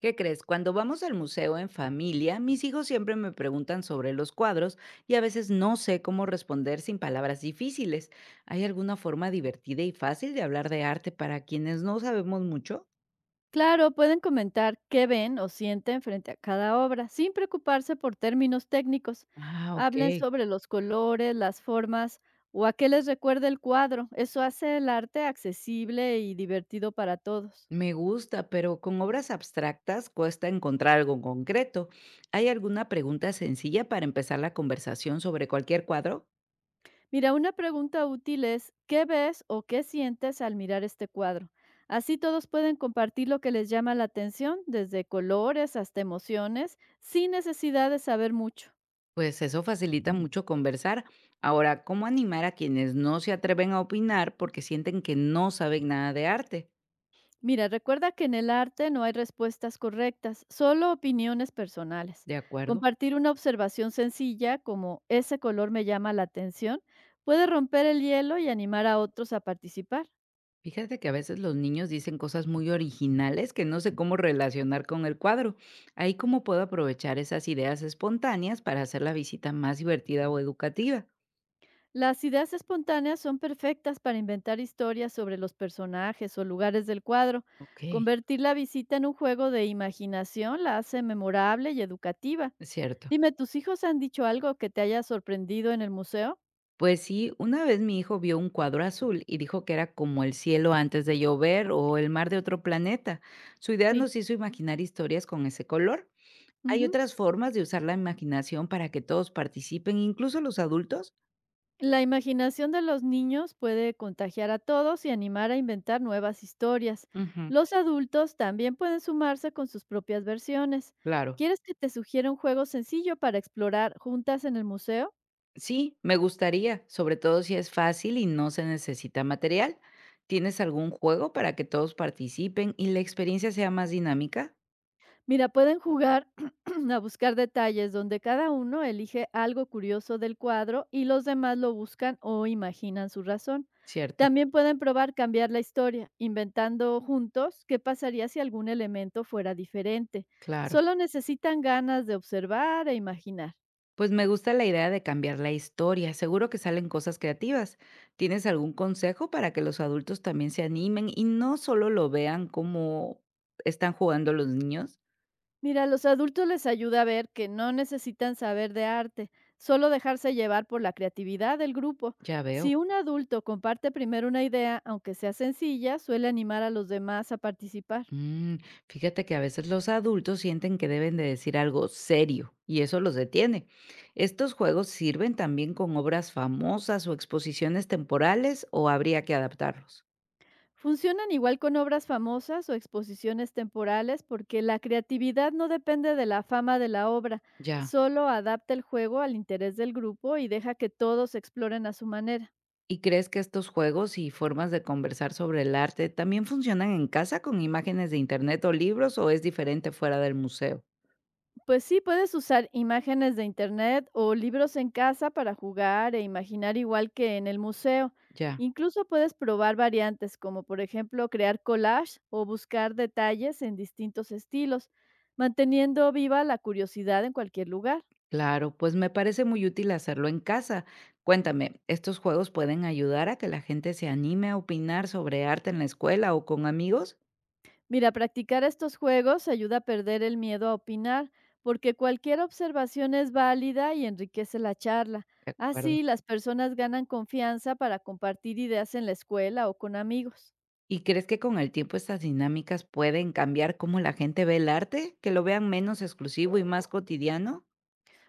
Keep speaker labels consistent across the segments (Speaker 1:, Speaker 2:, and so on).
Speaker 1: ¿Qué crees? Cuando vamos al museo en familia, mis hijos siempre me preguntan sobre los cuadros y a veces no sé cómo responder sin palabras difíciles. ¿Hay alguna forma divertida y fácil de hablar de arte para quienes no sabemos mucho?
Speaker 2: Claro, pueden comentar qué ven o sienten frente a cada obra, sin preocuparse por términos técnicos.
Speaker 1: Ah,
Speaker 2: Hablen
Speaker 1: ok.
Speaker 2: sobre los colores, las formas o a qué les recuerda el cuadro. Eso hace el arte accesible y divertido para todos.
Speaker 1: Me gusta, pero con obras abstractas cuesta encontrar algo concreto. ¿Hay alguna pregunta sencilla para empezar la conversación sobre cualquier cuadro?
Speaker 2: Mira, una pregunta útil es, ¿qué ves o qué sientes al mirar este cuadro? Así todos pueden compartir lo que les llama la atención, desde colores hasta emociones, sin necesidad de saber mucho.
Speaker 1: Pues eso facilita mucho conversar. Ahora, ¿cómo animar a quienes no se atreven a opinar porque sienten que no saben nada de arte?
Speaker 2: Mira, recuerda que en el arte no hay respuestas correctas, solo opiniones personales.
Speaker 1: ¿De acuerdo?
Speaker 2: Compartir una observación sencilla como ese color me llama la atención puede romper el hielo y animar a otros a participar.
Speaker 1: Fíjate que a veces los niños dicen cosas muy originales que no sé cómo relacionar con el cuadro. Ahí cómo puedo aprovechar esas ideas espontáneas para hacer la visita más divertida o educativa.
Speaker 2: Las ideas espontáneas son perfectas para inventar historias sobre los personajes o lugares del cuadro.
Speaker 1: Ok.
Speaker 2: Convertir la visita en un juego de imaginación la hace memorable y educativa.
Speaker 1: Es cierto.
Speaker 2: Dime, ¿tus hijos han dicho algo que te haya sorprendido en el museo?
Speaker 1: Pues sí, una vez mi hijo vio un cuadro azul y dijo que era como el cielo antes de llover o el mar de otro planeta. Su idea
Speaker 2: Sí.
Speaker 1: nos hizo imaginar historias con ese color. ¿Hay
Speaker 2: Ujú.
Speaker 1: otras formas de usar la imaginación para que todos participen, incluso los adultos?
Speaker 2: La imaginación de los niños puede contagiar a todos y animar a inventar nuevas historias.
Speaker 1: Ujú,
Speaker 2: Los adultos también pueden sumarse con sus propias versiones.
Speaker 1: claro.
Speaker 2: ¿Quieres que te sugiera un juego sencillo para explorar juntas en el museo?
Speaker 1: Sí, me gustaría, sobre todo si es fácil y no se necesita material. ¿Tienes algún juego para que todos participen y la experiencia sea más dinámica?
Speaker 2: Mira, pueden jugar a buscar detalles donde cada uno elige algo curioso del cuadro y los demás lo buscan o imaginan su razón.
Speaker 1: Cierto,
Speaker 2: También pueden probar cambiar la historia, inventando juntos qué pasaría si algún elemento fuera diferente.
Speaker 1: claro.
Speaker 2: Solo necesitan ganas de observar e imaginar.
Speaker 1: Pues me gusta la idea de cambiar la historia, seguro que salen cosas creativas. ¿Tienes algún consejo para que los adultos también se animen y no solo lo vean como están jugando los niños?
Speaker 2: Mira, a los adultos les ayuda a ver que no necesitan saber de arte, solo dejarse llevar por la creatividad del grupo.
Speaker 1: Ya veo.
Speaker 2: Si un adulto comparte primero una idea, aunque sea sencilla, suele animar a los demás a participar.
Speaker 1: Mm, Fíjate que a veces los adultos sienten que deben de decir algo serio y eso los detiene. ¿Estos juegos sirven también con obras famosas o exposiciones temporales o habría que adaptarlos?
Speaker 2: Funcionan igual con obras famosas o exposiciones temporales porque la creatividad no depende de la fama de la obra,
Speaker 1: Ya.
Speaker 2: solo adapta el juego al interés del grupo y deja que todos exploren a su manera.
Speaker 1: ¿Y crees que estos juegos y formas de conversar sobre el arte también funcionan en casa con imágenes de internet o libros o es diferente fuera del museo?
Speaker 2: Pues sí, puedes usar imágenes de internet o libros en casa para jugar e imaginar igual que en el museo.
Speaker 1: Ya,
Speaker 2: Incluso puedes probar variantes, como por ejemplo crear collage o buscar detalles en distintos estilos, manteniendo viva la curiosidad en cualquier lugar.
Speaker 1: claro, pues me parece muy útil hacerlo en casa. Cuéntame, ¿estos juegos pueden ayudar a que la gente se anime a opinar sobre arte en la escuela o con amigos?
Speaker 2: Mira, practicar estos juegos ayuda a perder el miedo a opinar, porque cualquier observación es válida y enriquece la charla.
Speaker 1: De acuerdo.
Speaker 2: Así, las personas ganan confianza para compartir ideas en la escuela o con amigos.
Speaker 1: ¿Y crees que con el tiempo estas dinámicas pueden cambiar cómo la gente ve el arte? ¿Que lo vean menos exclusivo y más cotidiano?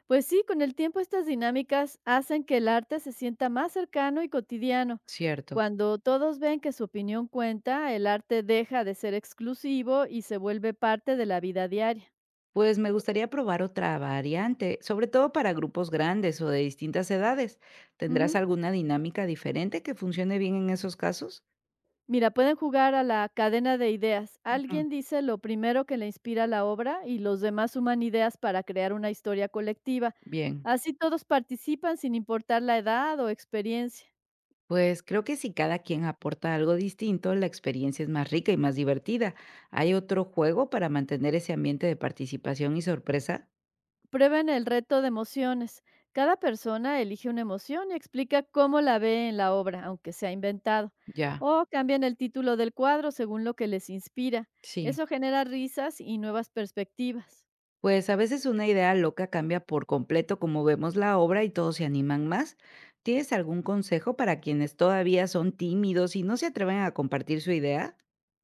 Speaker 2: Pues sí, con el tiempo estas dinámicas hacen que el arte se sienta más cercano y cotidiano.
Speaker 1: Cierto.
Speaker 2: Cuando todos ven que su opinión cuenta, el arte deja de ser exclusivo y se vuelve parte de la vida diaria.
Speaker 1: Pues me gustaría probar otra variante, sobre todo para grupos grandes o de distintas edades. ¿Tendrás
Speaker 2: Ujú.
Speaker 1: alguna dinámica diferente que funcione bien en esos casos?
Speaker 2: Mira, pueden jugar a la cadena de ideas.
Speaker 1: Ujú.
Speaker 2: Alguien dice lo primero que le inspira la obra y los demás suman ideas para crear una historia colectiva.
Speaker 1: Bien,
Speaker 2: Así todos participan sin importar la edad o experiencia.
Speaker 1: pues creo que si cada quien aporta algo distinto, la experiencia es más rica y más divertida. ¿Hay otro juego para mantener ese ambiente de participación y sorpresa?
Speaker 2: Prueben el reto de emociones. Cada persona elige una emoción y explica cómo la ve en la obra, aunque sea inventado.
Speaker 1: Ya,
Speaker 2: O cambian el título del cuadro según lo que les inspira.
Speaker 1: sí.
Speaker 2: Eso genera risas y nuevas perspectivas.
Speaker 1: Pues a veces una idea loca cambia por completo como vemos la obra y todos se animan más. ¿Tienes algún consejo para quienes todavía son tímidos y no se atreven a compartir su idea?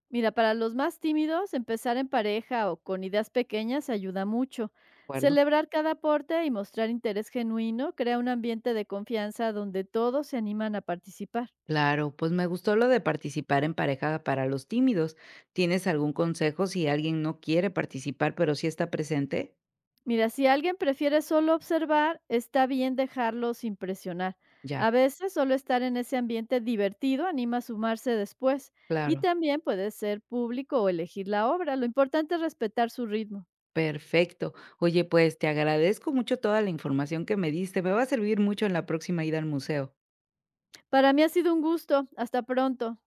Speaker 2: Mira, para los más tímidos, empezar en pareja o con ideas pequeñas ayuda mucho.
Speaker 1: Acuerdo.
Speaker 2: Celebrar cada aporte y mostrar interés genuino crea un ambiente de confianza donde todos se animan a participar.
Speaker 1: Claro, pues me gustó lo de participar en pareja para los tímidos. ¿Tienes algún consejo si alguien no quiere participar pero sí está presente?
Speaker 2: Mira, si alguien prefiere solo observar, está bien dejarlos impresionar.
Speaker 1: Ya,
Speaker 2: A veces solo estar en ese ambiente divertido anima a sumarse después y
Speaker 1: claro.
Speaker 2: también puede ser público o elegir la obra. Lo importante es respetar su ritmo.
Speaker 1: Perfecto. Oye, pues te agradezco mucho toda la información que me diste. Me va a servir mucho en la próxima ida al museo.
Speaker 2: Para mí ha sido un gusto. Hasta pronto.